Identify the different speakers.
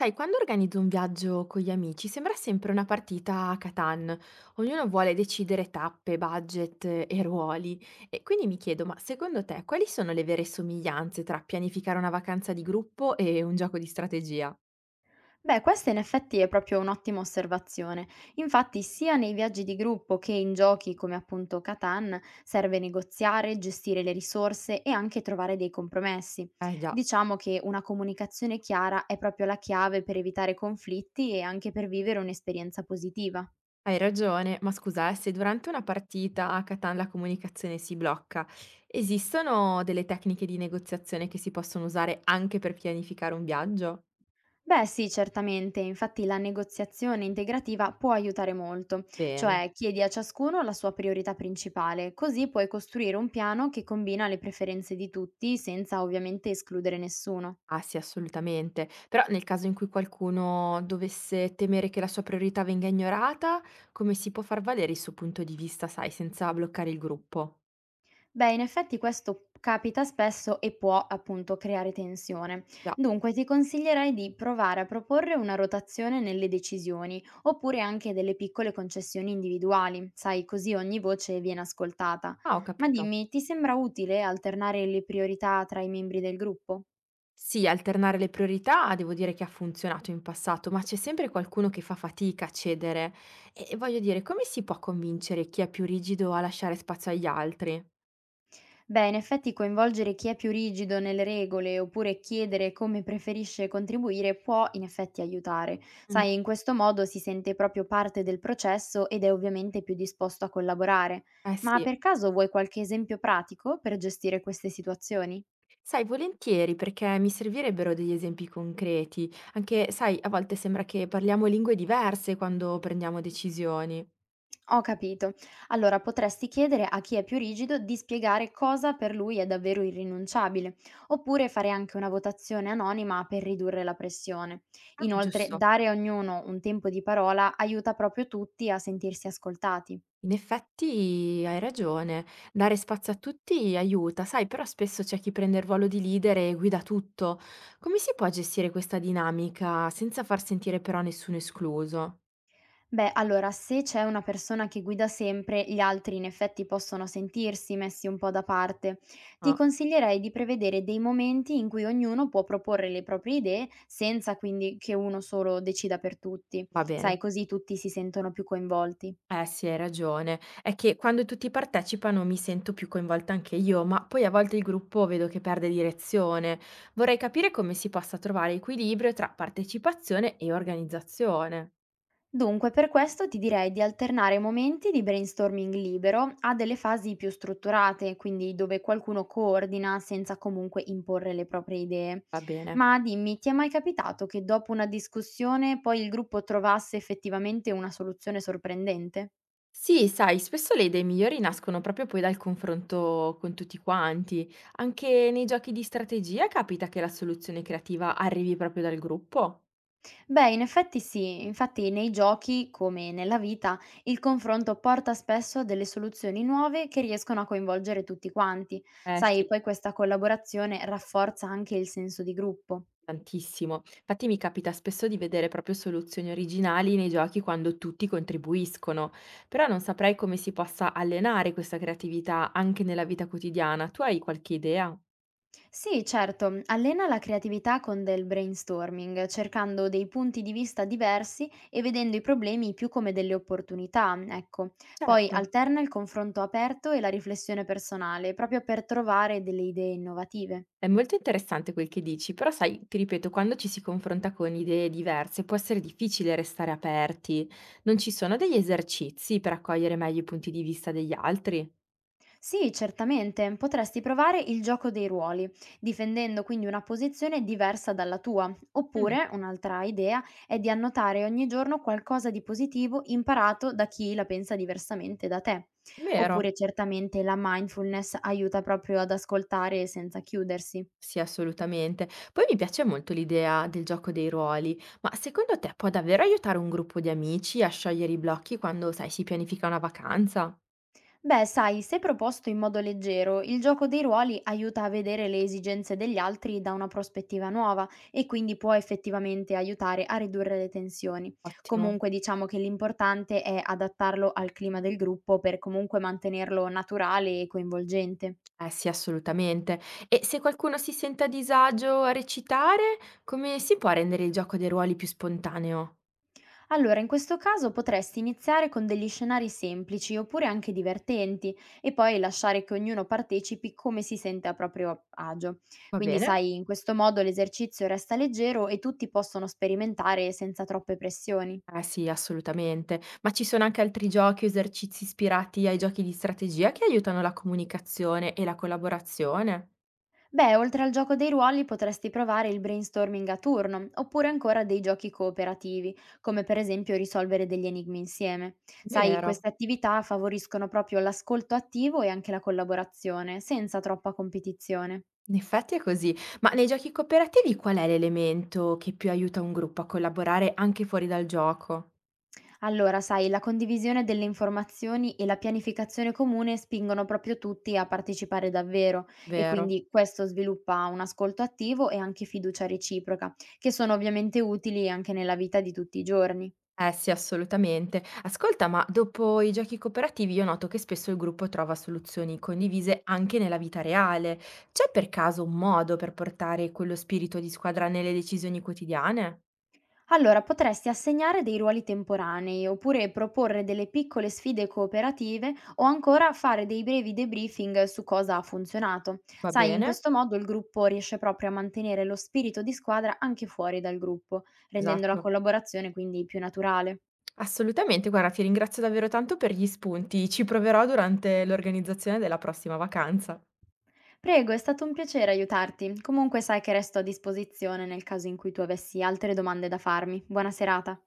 Speaker 1: Sai, quando organizzo un viaggio con gli amici sembra sempre una partita a Catan. Ognuno vuole decidere tappe, budget e ruoli. E quindi mi chiedo, ma secondo te quali sono le vere somiglianze tra pianificare una vacanza di gruppo e un gioco di strategia?
Speaker 2: Beh, questa in effetti è proprio un'ottima osservazione. Infatti, sia nei viaggi di gruppo che in giochi come appunto Catan, serve negoziare, gestire le risorse e anche trovare dei compromessi.
Speaker 1: Eh già,
Speaker 2: Diciamo che una comunicazione chiara è proprio la chiave per evitare conflitti e anche per vivere un'esperienza positiva.
Speaker 1: hai ragione, ma scusa, se durante una partita a Catan la comunicazione si blocca, esistono delle tecniche di negoziazione che si possono usare anche per pianificare un viaggio?
Speaker 2: Beh sì, certamente, infatti la negoziazione integrativa può aiutare molto,
Speaker 1: Bene.
Speaker 2: cioè chiedi a ciascuno la sua priorità principale, così puoi costruire un piano che combina le preferenze di tutti senza ovviamente escludere nessuno.
Speaker 1: Ah sì, assolutamente. Però nel caso in cui qualcuno dovesse temere che la sua priorità venga ignorata, come si può far valere il suo punto di vista, sai, senza bloccare il gruppo?
Speaker 2: Beh, in effetti questo capita spesso e può appunto creare tensione.
Speaker 1: Già.
Speaker 2: Dunque ti consiglierei di provare a proporre una rotazione nelle decisioni, oppure anche delle piccole concessioni individuali, sai, così ogni voce viene ascoltata.
Speaker 1: Ah, ho
Speaker 2: Ma
Speaker 1: capito.
Speaker 2: dimmi, ti sembra utile alternare le priorità tra i membri del gruppo?
Speaker 1: Sì, alternare le priorità devo dire che ha funzionato in passato, ma c'è sempre qualcuno che fa fatica a cedere. E voglio dire, come si può convincere chi è più rigido a lasciare spazio agli altri?
Speaker 2: Beh, in effetti coinvolgere chi è più rigido nelle regole oppure chiedere come preferisce contribuire può in effetti aiutare.
Speaker 1: Mm.
Speaker 2: Sai, in questo modo si sente proprio parte del processo ed è ovviamente più disposto a collaborare.
Speaker 1: Eh
Speaker 2: Ma
Speaker 1: sì.
Speaker 2: per caso vuoi qualche esempio pratico per gestire queste situazioni?
Speaker 1: Sai, volentieri, perché mi servirebbero degli esempi concreti, anche, sai, a volte sembra che parliamo lingue diverse quando prendiamo decisioni.
Speaker 2: Ho capito. Allora potresti chiedere a chi è più rigido di spiegare cosa per lui è davvero irrinunciabile, oppure fare anche una votazione anonima per ridurre la pressione.
Speaker 1: Ah,
Speaker 2: Inoltre,
Speaker 1: giusto.
Speaker 2: dare a ognuno un tempo di parola aiuta proprio tutti a sentirsi ascoltati.
Speaker 1: In effetti hai ragione, dare spazio a tutti aiuta, sai, però spesso c'è chi prende il ruolo di leader e guida tutto. Come si può gestire questa dinamica senza far sentire però nessuno escluso?
Speaker 2: Beh, allora, se c'è una persona che guida sempre, gli altri in effetti possono sentirsi messi un po' da parte. Ti
Speaker 1: Ah,
Speaker 2: consiglierei di prevedere dei momenti in cui ognuno può proporre le proprie idee senza quindi che uno solo decida per tutti.
Speaker 1: va
Speaker 2: Sai,
Speaker 1: bene.
Speaker 2: così tutti si sentono più coinvolti.
Speaker 1: Eh sì, hai ragione. È che quando tutti partecipano mi sento più coinvolta anche io, ma poi a volte il gruppo vedo che perde direzione. Vorrei capire come si possa trovare equilibrio tra partecipazione e organizzazione.
Speaker 2: Dunque, per questo ti direi di alternare momenti di brainstorming libero a delle fasi più strutturate, quindi dove qualcuno coordina senza comunque imporre le proprie idee.
Speaker 1: Va bene.
Speaker 2: Ma dimmi, ti è mai capitato che dopo una discussione poi il gruppo trovasse effettivamente una soluzione sorprendente?
Speaker 1: Sì, sai, spesso le idee migliori nascono proprio poi dal confronto con tutti quanti. Anche nei giochi di strategia capita che la soluzione creativa arrivi proprio dal gruppo.
Speaker 2: Beh, in effetti sì, infatti nei giochi, come nella vita, il confronto porta spesso a delle soluzioni nuove che riescono a coinvolgere tutti quanti.
Speaker 1: Eh
Speaker 2: Sai,
Speaker 1: sì.
Speaker 2: poi questa collaborazione rafforza anche il senso di gruppo.
Speaker 1: Tantissimo. Infatti mi capita spesso di vedere proprio soluzioni originali nei giochi quando tutti contribuiscono, però non saprei come si possa allenare questa creatività anche nella vita quotidiana. Tu hai qualche idea?
Speaker 2: Sì, certo, allena la creatività con del brainstorming, cercando dei punti di vista diversi e vedendo i problemi più come delle opportunità, ecco. Poi
Speaker 1: Certo.
Speaker 2: alterna il confronto aperto e la riflessione personale, proprio per trovare delle idee innovative.
Speaker 1: È molto interessante quel che dici, però sai, ti ripeto, quando ci si confronta con idee diverse può essere difficile restare aperti. Non ci sono degli esercizi per accogliere meglio i punti di vista degli altri?
Speaker 2: Sì, certamente, potresti provare il gioco dei ruoli, difendendo quindi una posizione diversa dalla tua.
Speaker 1: Mm,
Speaker 2: Oppure, un'altra idea è di annotare ogni giorno qualcosa di positivo imparato da chi la pensa diversamente da te.
Speaker 1: vero.
Speaker 2: Oppure certamente la mindfulness aiuta proprio ad ascoltare senza chiudersi.
Speaker 1: Sì, assolutamente. Poi mi piace molto l'idea del gioco dei ruoli, ma secondo te può davvero aiutare un gruppo di amici a sciogliere i blocchi quando, sai, si pianifica una vacanza?
Speaker 2: Beh, sai, se proposto in modo leggero, il gioco dei ruoli aiuta a vedere le esigenze degli altri da una prospettiva nuova e quindi può effettivamente aiutare a ridurre le tensioni.
Speaker 1: Ottimo.
Speaker 2: Comunque diciamo che l'importante è adattarlo al clima del gruppo per comunque mantenerlo naturale e coinvolgente.
Speaker 1: Eh sì, assolutamente. E se qualcuno si sente a disagio a recitare, come si può rendere il gioco dei ruoli più spontaneo?
Speaker 2: Allora, in questo caso potresti iniziare con degli scenari semplici oppure anche divertenti e poi lasciare che ognuno partecipi come si sente a proprio agio.
Speaker 1: Va
Speaker 2: Quindi,
Speaker 1: bene?
Speaker 2: sai, in questo modo l'esercizio resta leggero e tutti possono sperimentare senza troppe pressioni.
Speaker 1: Eh sì, assolutamente. Ma ci sono anche altri giochi o esercizi ispirati ai giochi di strategia che aiutano la comunicazione e la collaborazione?
Speaker 2: Beh, oltre al gioco dei ruoli potresti provare il brainstorming a turno, oppure ancora dei giochi cooperativi, come per esempio risolvere degli enigmi insieme. Sai,
Speaker 1: Vero.
Speaker 2: queste attività favoriscono proprio l'ascolto attivo e anche la collaborazione, senza troppa competizione.
Speaker 1: In effetti è così, ma nei giochi cooperativi qual è l'elemento che più aiuta un gruppo a collaborare anche fuori dal gioco?
Speaker 2: Allora, sai, la condivisione delle informazioni e la pianificazione comune spingono proprio tutti a partecipare davvero e
Speaker 1: Vero?
Speaker 2: quindi questo sviluppa un ascolto attivo e anche fiducia reciproca, che sono ovviamente utili anche nella vita di tutti i giorni.
Speaker 1: Eh sì, assolutamente. Ascolta, ma dopo i giochi cooperativi io noto che spesso il gruppo trova soluzioni condivise anche nella vita reale. C'è per caso un modo per portare quello spirito di squadra nelle decisioni quotidiane?
Speaker 2: Allora, potresti assegnare dei ruoli temporanei, oppure proporre delle piccole sfide cooperative o ancora fare dei brevi debriefing su cosa ha funzionato.
Speaker 1: Va
Speaker 2: Sai, in
Speaker 1: bene?
Speaker 2: questo modo il gruppo riesce proprio a mantenere lo spirito di squadra anche fuori dal gruppo, rendendo la
Speaker 1: Esatto.
Speaker 2: collaborazione quindi più naturale.
Speaker 1: Assolutamente, guarda, ti ringrazio davvero tanto per gli spunti, ci proverò durante l'organizzazione della prossima vacanza.
Speaker 2: Prego, è stato un piacere aiutarti. Comunque sai che resto a disposizione nel caso in cui tu avessi altre domande da farmi. Buona serata.